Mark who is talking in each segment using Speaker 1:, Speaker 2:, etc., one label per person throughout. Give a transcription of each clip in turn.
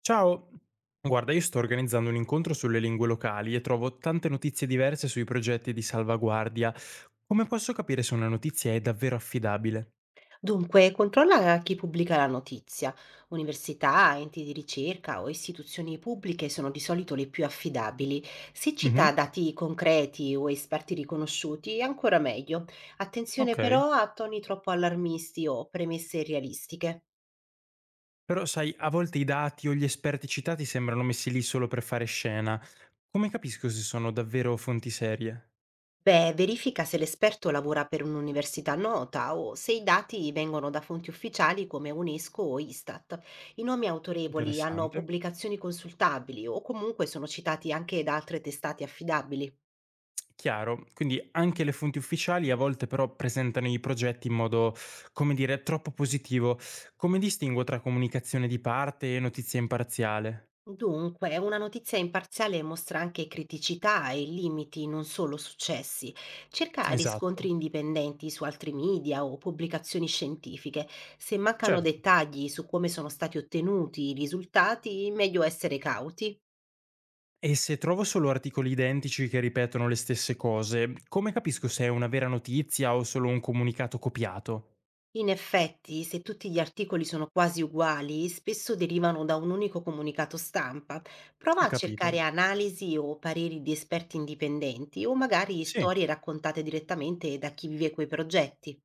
Speaker 1: Ciao, guarda, io sto organizzando un incontro sulle lingue locali e trovo tante notizie diverse sui progetti di salvaguardia. Come posso capire se una notizia è davvero affidabile?
Speaker 2: Dunque, controlla chi pubblica la notizia. Università, enti di ricerca o istituzioni pubbliche sono di solito le più affidabili. Se
Speaker 1: Mhm.
Speaker 2: cita dati concreti o esperti riconosciuti, ancora meglio. Attenzione
Speaker 1: Ok.
Speaker 2: però a toni troppo allarmisti o premesse irrealistiche.
Speaker 1: Però sai, a volte i dati o gli esperti citati sembrano messi lì solo per fare scena. Come capisco se sono davvero fonti serie?
Speaker 2: Beh, verifica se l'esperto lavora per un'università nota o se i dati vengono da fonti ufficiali come UNESCO o Istat. I nomi autorevoli hanno
Speaker 1: Interessante.
Speaker 2: pubblicazioni consultabili o comunque sono citati anche da altre testate affidabili.
Speaker 1: Chiaro, quindi anche le fonti ufficiali a volte però presentano i progetti in modo, come dire, troppo positivo. Come distingo tra comunicazione di parte e notizia imparziale?
Speaker 2: Dunque, una notizia imparziale mostra anche criticità e limiti, non solo successi. Cerca riscontri
Speaker 1: Esatto,
Speaker 2: indipendenti su altri media o pubblicazioni scientifiche. Se mancano
Speaker 1: certo.
Speaker 2: dettagli su come sono stati ottenuti i risultati, meglio essere cauti.
Speaker 1: E se trovo solo articoli identici che ripetono le stesse cose, come capisco se è una vera notizia o solo un comunicato copiato?
Speaker 2: In effetti, se tutti gli articoli sono quasi uguali, spesso derivano da un unico comunicato stampa. Prova a
Speaker 1: Capito.
Speaker 2: cercare analisi o pareri di esperti indipendenti o magari
Speaker 1: Sì.
Speaker 2: storie raccontate direttamente da chi vive quei progetti.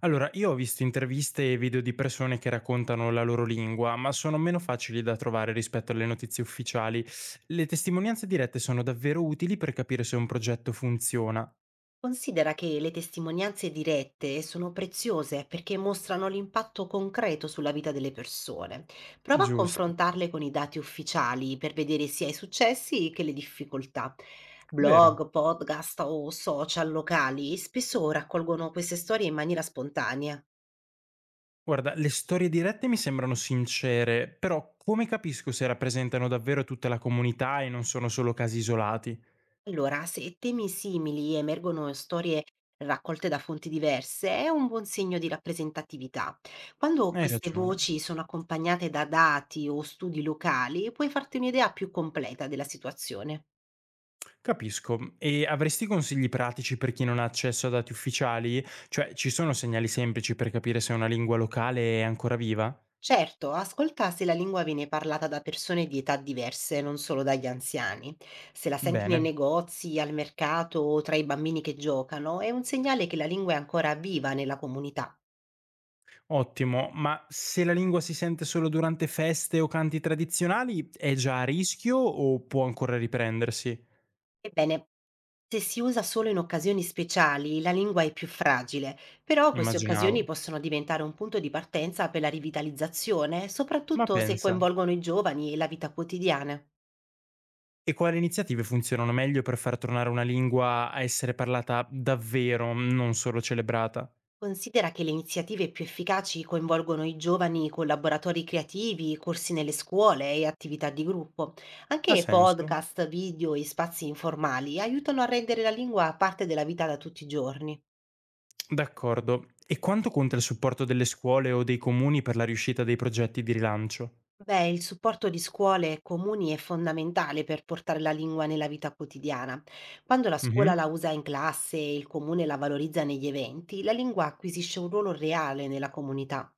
Speaker 1: Allora, io ho visto interviste e video di persone che raccontano la loro lingua, ma sono meno facili da trovare rispetto alle notizie ufficiali. Le testimonianze dirette sono davvero utili per capire se un progetto funziona.
Speaker 2: Considera che le testimonianze dirette sono preziose perché mostrano l'impatto concreto sulla vita delle persone. Prova a
Speaker 1: Giusto.
Speaker 2: confrontarle con i dati ufficiali per vedere sia i successi che le difficoltà.
Speaker 1: Vero.
Speaker 2: Blog, podcast o social locali spesso raccolgono queste storie in maniera spontanea.
Speaker 1: Guarda, le storie dirette mi sembrano sincere, però come capisco se rappresentano davvero tutta la comunità e non sono solo casi isolati?
Speaker 2: Allora, se temi simili emergono in storie raccolte da fonti diverse, è un buon segno di rappresentatività. Quando
Speaker 1: Hai
Speaker 2: queste
Speaker 1: ragione.
Speaker 2: voci sono accompagnate da dati o studi locali, puoi farti un'idea più completa della situazione.
Speaker 1: Capisco. E avresti consigli pratici per chi non ha accesso a dati ufficiali? Cioè, ci sono segnali semplici per capire se una lingua locale è ancora viva?
Speaker 2: Certo, ascolta se la lingua viene parlata da persone di età diverse, non solo dagli anziani. Se la senti nei
Speaker 1: Bene,
Speaker 2: negozi, al mercato o tra i bambini che giocano, è un segnale che la lingua è ancora viva nella comunità.
Speaker 1: ottimo. Ma se la lingua si sente solo durante feste o canti tradizionali, è già a rischio o può ancora riprendersi?
Speaker 2: Ebbene, se si usa solo in occasioni speciali, la lingua è più fragile, però queste occasioni
Speaker 1: Immaginavo.
Speaker 2: possono diventare un punto di partenza per la rivitalizzazione,
Speaker 1: Ma
Speaker 2: soprattutto se
Speaker 1: pensa.
Speaker 2: coinvolgono i giovani e la vita quotidiana.
Speaker 1: E quali iniziative funzionano meglio per far tornare una lingua a essere parlata davvero, non solo celebrata?
Speaker 2: Considera che le iniziative più efficaci coinvolgono i giovani con laboratori creativi, corsi nelle scuole e attività di gruppo.
Speaker 1: Ha
Speaker 2: Anche
Speaker 1: senso?
Speaker 2: podcast, video e spazi informali aiutano a rendere la lingua parte della vita da tutti i giorni.
Speaker 1: D'accordo. E quanto conta il supporto delle scuole o dei comuni per la riuscita dei progetti di rilancio?
Speaker 2: Beh, il supporto di scuole e comuni è fondamentale per portare la lingua nella vita quotidiana. Quando la
Speaker 1: Mhm.
Speaker 2: scuola la usa in classe e il comune la valorizza negli eventi, la lingua acquisisce un ruolo reale nella comunità.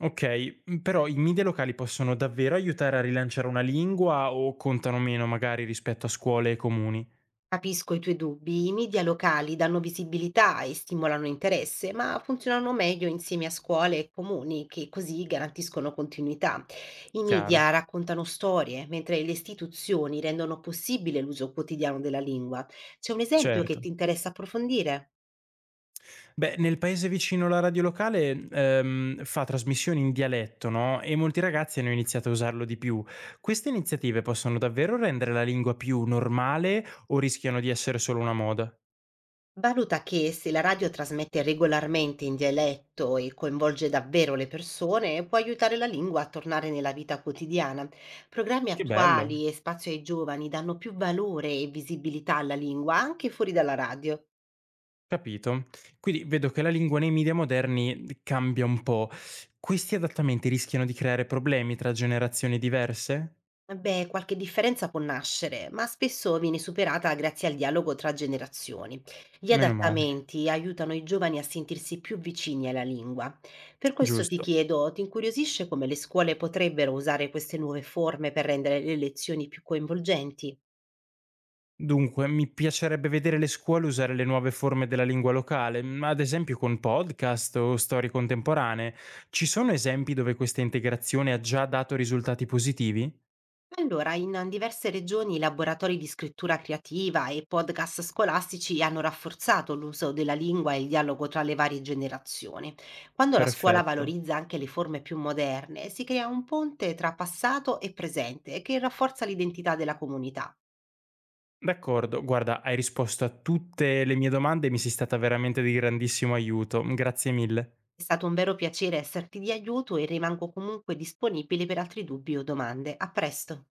Speaker 1: Ok, m, però i media locali possono davvero aiutare a rilanciare una lingua o contano meno magari rispetto a scuole e comuni?
Speaker 2: Capisco i tuoi dubbi, i media locali danno visibilità e stimolano interesse, ma funzionano meglio insieme a scuole e comuni che così garantiscono continuità. I
Speaker 1: Chiaro.
Speaker 2: media raccontano storie, mentre le istituzioni rendono possibile l'uso quotidiano della lingua. C'è un esempio che
Speaker 1: Certo.
Speaker 2: ti interessa approfondire?
Speaker 1: Beh, nel paese vicino la radio locale fa trasmissioni in dialetto, no? E molti ragazzi hanno iniziato a usarlo di più. Queste iniziative possono davvero rendere la lingua più normale o rischiano di essere solo una moda?
Speaker 2: Valuta che se la radio trasmette regolarmente in dialetto e coinvolge davvero le persone, può aiutare la lingua a tornare nella vita quotidiana. Programmi
Speaker 1: Che bello.
Speaker 2: attuali e spazio ai giovani danno più valore e visibilità alla lingua anche fuori dalla radio.
Speaker 1: Capito. Quindi vedo che la lingua nei media moderni cambia un po'. Questi adattamenti rischiano di creare problemi tra generazioni diverse?
Speaker 2: Beh, qualche differenza può nascere, ma spesso viene superata grazie al dialogo tra generazioni. Gli
Speaker 1: Meno male.
Speaker 2: adattamenti aiutano i giovani a sentirsi più vicini alla lingua. Per questo ti
Speaker 1: Giusto.
Speaker 2: chiedo, ti incuriosisce come le scuole potrebbero usare queste nuove forme per rendere le lezioni più coinvolgenti?
Speaker 1: Dunque, mi piacerebbe vedere le scuole usare le nuove forme della lingua locale, m, ad esempio con podcast o storie contemporanee. Ci sono esempi dove questa integrazione ha già dato risultati positivi?
Speaker 2: Allora, in diverse regioni laboratori di scrittura creativa e podcast scolastici hanno rafforzato l'uso della lingua e il dialogo tra le varie generazioni. Quando la scuola
Speaker 1: Perfetto.
Speaker 2: valorizza anche le forme più moderne, si crea un ponte tra passato e presente che rafforza l'identità della comunità.
Speaker 1: D'accordo, guarda, hai risposto a tutte le mie domande e mi sei stata veramente di grandissimo aiuto. Grazie mille.
Speaker 2: È stato un vero piacere esserti di aiuto e rimango comunque disponibile per altri dubbi o domande. A presto!